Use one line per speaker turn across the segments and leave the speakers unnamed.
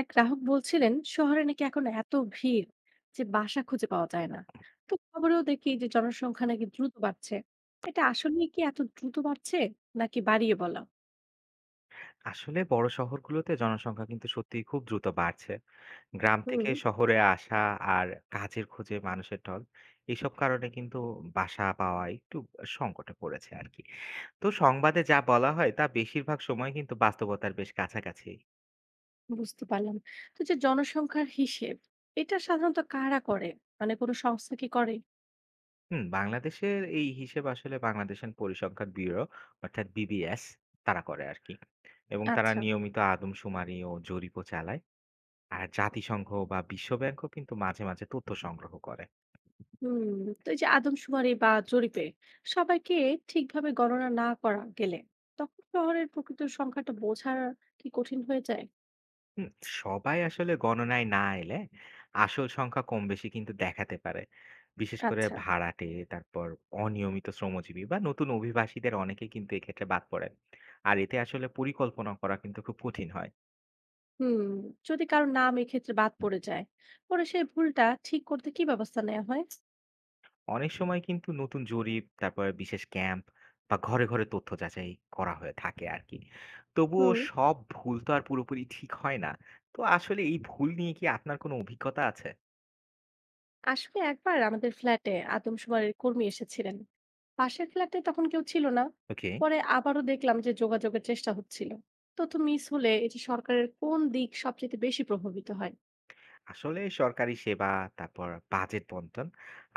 এক গ্রাহক বলছিলেন শহরে নাকি এখন এত ভিড় যে বাসা খুঁজে পাওয়া যায় না। তো খবরেও দেখি যে জনসংখ্যা নাকি দ্রুত বাড়ছে। এটা আসলে কি এত দ্রুত বাড়ছে নাকি বাড়িয়ে বলা?
আসলে বড় শহরগুলোতে জনসংখ্যা কিন্তু সত্যিই খুব দ্রুত বাড়ছে। গ্রাম
হুম,
থেকে শহরে আসা আর কাজের খোঁজে মানুষের ঢল, এসব কারণে কিন্তু বাসা পাওয়া একটু সংকটে পড়েছে আরকি। তো সংবাদে যা বলা হয় তা বেশিরভাগ সময় কিন্তু বাস্তবতার বেশ কাছাকাছি।
বুঝতে পারলাম। তো যে জনসংখ্যার হিসেব, এটা সাধারণত কারা করে? মানে কোনো সংস্থা কি করে?
হুম, বাংলাদেশের এই হিসেব আসলে বাংলাদেশের পরিসংখ্যান ব্যুরো অর্থাৎ BBS তারা করে আরকি। এবং তারা
আচ্ছা।
নিয়মিত আদমশুমারি ও জরিপও চালায়। আর জাতিসংঘ বা বিশ্বব্যাংকও কিন্তু মাঝে, মাঝে তথ্য সংগ্রহ করে।
হুম। তো এই যে আদমশুমারি বা জরিপে সবাইকে ঠিকভাবে গণনা না করা গেলে তখন শহরের প্রকৃত সংখ্যাটা বোঝা কি কঠিন হয়ে যায়?
হুম, সবাই আসলে গণনায় না এলে আসল সংখ্যা কম বেশি কিন্তু দেখাতে পারে, বিশেষ করে
আচ্ছা।
ভাড়াটে, তারপর অনিয়মিত শ্রমজীবী বা নতুন অভিবাসীদের অনেকে কিন্তু এক্ষেত্রে বাদ পড়ে। আর এতে আসলে পরিকল্পনা করা কিন্তু খুব কঠিন হয়।
হুম। যদি কারো নাম এক্ষেত্রে বাদ পড়ে যায়, পরে সেই ভুলটা ঠিক করতে কি ব্যবস্থা নেওয়া হয়?
অনেক সময় কিন্তু নতুন জরিপ, তারপর বিশেষ ক্যাম্প বা ঘরে ঘরে তথ্য যাচাই করা হয়ে থাকে আর কি। তবুও
হুম।
সব ভুল তো আর পুরোপুরি ঠিক হয় না। তো আসলে এই ভুল নিয়ে কি আপনার কোনো অভিজ্ঞতা আছে?
আসলে একবার আমাদের ফ্ল্যাটে আদমশুমারির কর্মী এসেছিলেন। পাশের ফ্ল্যাটে তখন কেউ ছিল না।
ওকে।
পরে আবারও দেখলাম যে যোগাযোগের চেষ্টা হচ্ছিল। তথ্য মিস হলে এটি সরকারের কোন দিক সবচেয়ে বেশি প্রভাবিত হয়?
আসলে সরকারি সেবা, তারপর বাজেট বণ্টন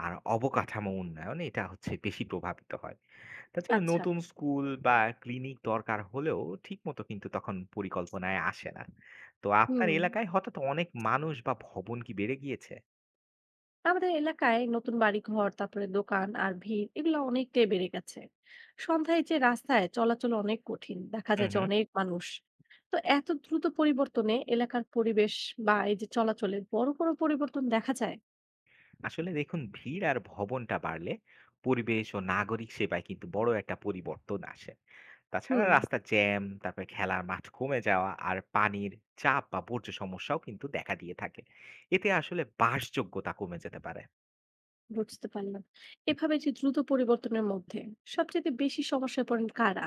আর অবকাঠামো উন্নয়ন এটা হচ্ছে বেশি প্রভাবিত হয়। তাছাড়া
আচ্ছা।
নতুন স্কুল বা ক্লিনিক দরকার হলেও ঠিকমতো কিন্তু তখন পরিকল্পনায় আসে না। তো আপনার
হুম।
এলাকায় হঠাৎ অনেক মানুষ বা ভবন কি বেড়ে গিয়েছে?
আমাদের এলাকায় নতুন বাড়িঘর, তারপরে দোকান আর ভিড় এগুলো অনেকটাই বেড়ে গেছে। সন্ধ্যায় যে রাস্তায় চলাচল অনেক কঠিন, দেখা
হুম
যায় যে
হুম।
অনেক মানুষ। তো এত দ্রুত পরিবর্তনে এলাকার পরিবেশ বা এই যে চলাচলে বড় বড় পরিবর্তন দেখা যায়?
আসলে দেখুন, ভিড় আর ভবনটা বাড়লে পরিবেশ ও নাগরিক সেবায় কিন্তু বড় একটা পরিবর্তন আসে। তাছাড়া
হুম,
রাস্তার জ্যাম, তারপরে খেলার মাঠ কমে যাওয়া আর পানির চাপ বা বর্জ্য সমস্যাও কিন্তু দেখা দিয়ে থাকে। এতে আসলে বাসযোগ্যতা কমে যেতে পারে।
বুঝতে পারলাম। এভাবে যে দ্রুত পরিবর্তনের মধ্যে সবচেয়ে বেশি সমস্যায় পড়েন কারা?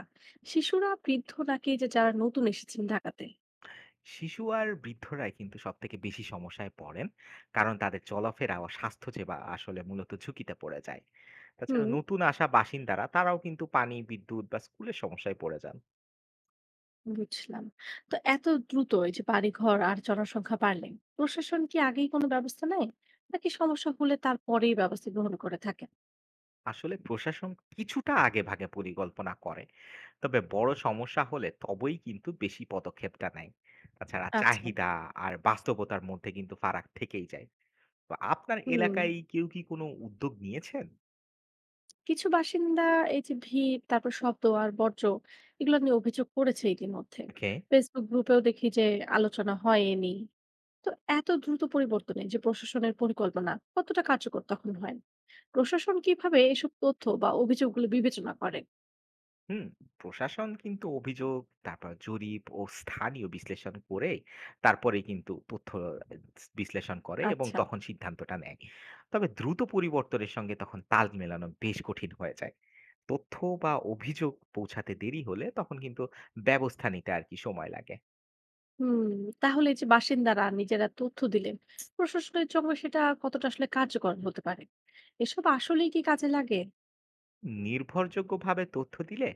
শিশুরা, বৃদ্ধ, নাকি এই যে যারা নতুন এসেছেন ঢাকাতে?
শিশু আর বৃদ্ধরাই কিন্তু সবথেকে বেশি সমস্যায় পড়েন। কারণ তাদের চলাফেরা ও স্বাস্থ্য সেবা আসলে মূলত ঝুঁকিতে পড়ে যায়। তাছাড়া
হুম,
নতুন আসা বাসিন্দারা তারাও কিন্তু পানি, বিদ্যুৎ বা স্কুলের সমস্যায় পড়ে যান।
বুঝলাম। তো এত দ্রুত এই যে বাড়িঘর আর জনসংখ্যা বাড়লে প্রশাসন কি আগেই কোনো ব্যবস্থা নেয়? নাকি সমস্যা হলে তারপরেই ব্যবস্থা গ্রহণ করে থাকে?
আসলে প্রশাসন কিছুটা আগেভাগে পরিকল্পনা করে। তবে বড় সমস্যা হলে তবেই কিন্তু বেশি পদক্ষেপটা নেয়। তাছাড়া
আচ্ছা।
চাহিদা আর বাস্তবতার মধ্যে কিন্তু ফারাক থেকেই যায়। তো আপনার
হুম।
এলাকায় কেউ কি কোনো উদ্যোগ নিয়েছেন?
কিছু বাসিন্দা এই যে ভিড়, তারপর শব্দ আর বর্জ্য এগুলো নিয়ে অভিযোগ করেছে ইতিমধ্যে।
ওকে।
ফেসবুক গ্রুপেও দেখি যে আলোচনা হয় এ নিয়ে। তো এত দ্রুত পরিবর্তনে যে প্রশাসনের পরিকল্পনা কতটা কার্যকর তখন হয়? প্রশাসন কিভাবে এসব তথ্য বা অভিযোগগুলো বিবেচনা করে?
হুম। প্রশাসন কিন্তু অভিযোগ, তারপর জরিপ ও স্থানীয় বিশ্লেষণ করে তারপরেই কিন্তু তথ্য আ বিশ্লেষণ করে এবং
আচ্ছা।
তখন সিদ্ধান্তটা নেয়। তবে দ্রুত পরিবর্তনের সঙ্গে তখন তাল মেলানো বেশ কঠিন হয়ে যায়। তথ্য বা অভিযোগ পৌঁছাতে দেরি হলে তখন কিন্তু ব্যবস্থা নিতে আর কি সময় লাগে।
হুম, তাহলে এই যে বাসিন্দারা নিজেরা তথ্য দিলেন, প্রশাসনের জন্য সেটা কতটা আসলে কার্যকর হতে পারে? এসব আসলেই কি কাজে লাগে?
নির্ভরযোগ্যভাবে তথ্য দিলে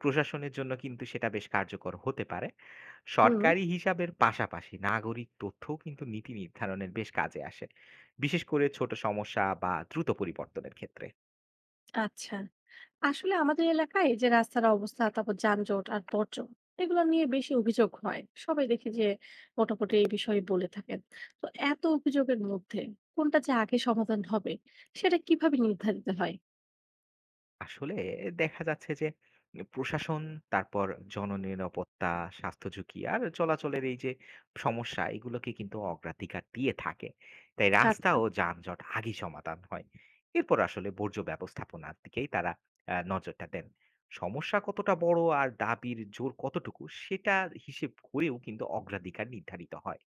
প্রশাসনের জন্য কিন্তু সেটা বেশ কার্যকর হতে পারে।
হুম।
সরকারি হিসাবের পাশাপাশি নাগরিক তথ্যও কিন্তু নীতি নির্ধারণের বেশ কাজে আসে। বিশেষ করে ছোট সমস্যা বা দ্রুত পরিবর্তনের ক্ষেত্রে।
আচ্ছা। আসলে আমাদের এলাকায় এই যে রাস্তার অবস্থা, তারপর যানজট আর বর্জ্য এগুলো নিয়ে বেশি অভিযোগ হয়। সবাই দেখে যে মোটামুটি এই বিষয়ে বলে থাকেন। তো এত অভিযোগের মধ্যে কোনটা যে আগে সমাধান হবে সেটা কিভাবে নির্ধারিত হয়?
আসলে দেখা যাচ্ছে যে প্রশাসন, তারপর জননিরাপত্তা, স্বাস্থ্য ঝুঁকি আর চলাচলের এই যে সমস্যা, এগুলোকে কিন্তু অগ্রাধিকার দিয়ে থাকে। তাই রাস্তা
আচ্ছা,
ও যানজট আগেই সমাধান হয়। এরপর আসলে বর্জ্য ব্যবস্থাপনার দিকেই তারা নজরটা দেন। সমস্যা কতটা বড় আর দাবির জোর কতটুকু সেটার হিসেব করেও কিন্তু অগ্রাধিকার নির্ধারিত হয়।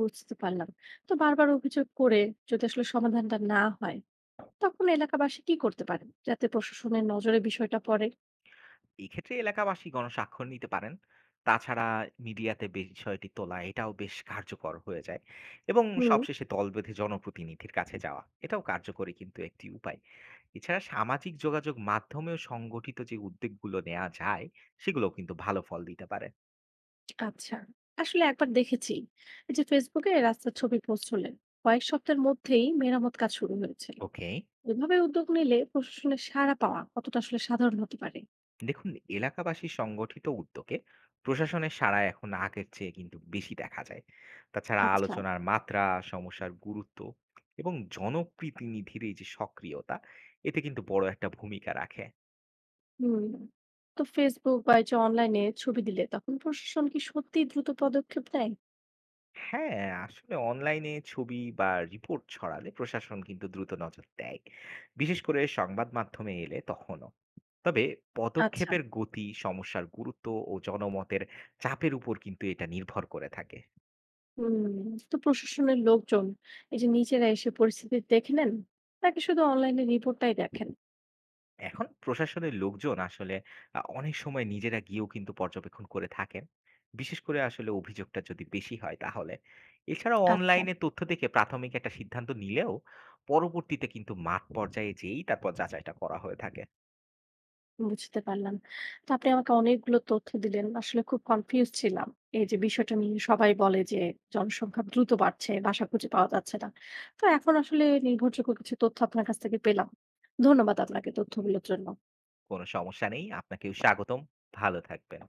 বুঝতে পারলাম। তো বারবার অভিযোগ করে যদি আসলে সমাধানটা না হয় তখন এলাকাবাসী কি করতে পারেন যাতে প্রশাসনের নজরে বিষয়টা পড়ে?
এক্ষেত্রে এলাকাবাসী গণস্বাক্ষর নিতে পারেন। তাছাড়া মিডিয়াতে বিষয়টি তোলা এটাও বেশ কার্যকর হয়ে যায়, এবং
হুম।
সবশেষে দল বেঁধে জনপ্রতিনিধির কাছে যাওয়া এটাও কার্যকরী কিন্তু একটি উপায়। এছাড়া সামাজিক যোগাযোগ মাধ্যমেও সংগঠিত যে উদ্যোগগুলো নেওয়া যায় সেগুলোও কিন্তু ভালো ফল দিতে পারে।
আচ্ছা। আসলে একবার দেখেছি এই যে ফেসবুকে রাস্তার ছবি পোস্ট হলেন, কয়েক সপ্তাহের মধ্যেই মেরামত কাজ শুরু হয়েছিল।
ওকে।
এভাবে উদ্যোগ নিলে প্রশাসনের সাড়া পাওয়া কতটা আসলে সাধারণ হতে পারে?
দেখুন, এলাকাবাসীর সংগঠিত উদ্যোগে প্রশাসনের সাড়া এখন আগের চেয়ে কিন্তু বেশি দেখা যায়। তাছাড়া
আচ্ছা।
আলোচনার মাত্রা, সমস্যার গুরুত্ব এবং জনপ্রতিনিধির এই যে সক্রিয়তা, এতে কিন্তু বড় একটা ভূমিকা রাখে।
হুম। তো ফেসবুক বা এই যে অনলাইনে ছবি দিলে তখন প্রশাসন কি সত্যি দ্রুত পদক্ষেপ নেয়?
হ্যাঁ, আসলে অনলাইনে ছবি বা রিপোর্ট ছড়ালে প্রশাসন কিন্তু দ্রুত নজর দেয়, বিশেষ করে সংবাদ মাধ্যমে এলে তখনও। তবে
আচ্ছা।
পদক্ষেপের গতি সমস্যার গুরুত্ব ও জনমতের চাপের উপর কিন্তু এটা নির্ভর করে থাকে।
হুম। তো প্রশাসনের লোকজন এই যে নিজেরা এসে পরিস্থিতি দেখে নেন, নাকি শুধু অনলাইনে রিপোর্টটাই দেখেন?
এখন প্রশাসনের লোকজন আসলে অনেক সময় নিজেরা গিয়েও কিন্তু পর্যবেক্ষণ করে থাকেন। বিশেষ করে আসলে অভিযোগটা যদি বেশি হয় তাহলে। এছাড়াও
আচ্ছা,
অনলাইনে তথ্য দেখে প্রাথমিক একটা সিদ্ধান্ত নিলেও পরবর্তীতে কিন্তু মাঠ পর্যায়ে যেয়েই তারপর যাচাইটা করা হয়ে থাকে।
বুঝতে পারলাম। তো আপনি আমাকে অনেকগুলো তথ্য দিলেন। আসলে খুব কনফিউজড ছিলাম। এই যে বিষয়টা নিয়ে সবাই বলে যে জনসংখ্যা দ্রুত বাড়ছে, বাসা খুঁজে পাওয়া যাচ্ছে না। তো এখন আসলে নির্ভরযোগ্য কিছু তথ্য আপনার কাছ থেকে পেলাম। ধন্যবাদ আপনাকে তথ্যগুলোর জন্য।
কোনো সমস্যা নেই। আপনাকেও স্বাগতম। ভালো থাকবেন।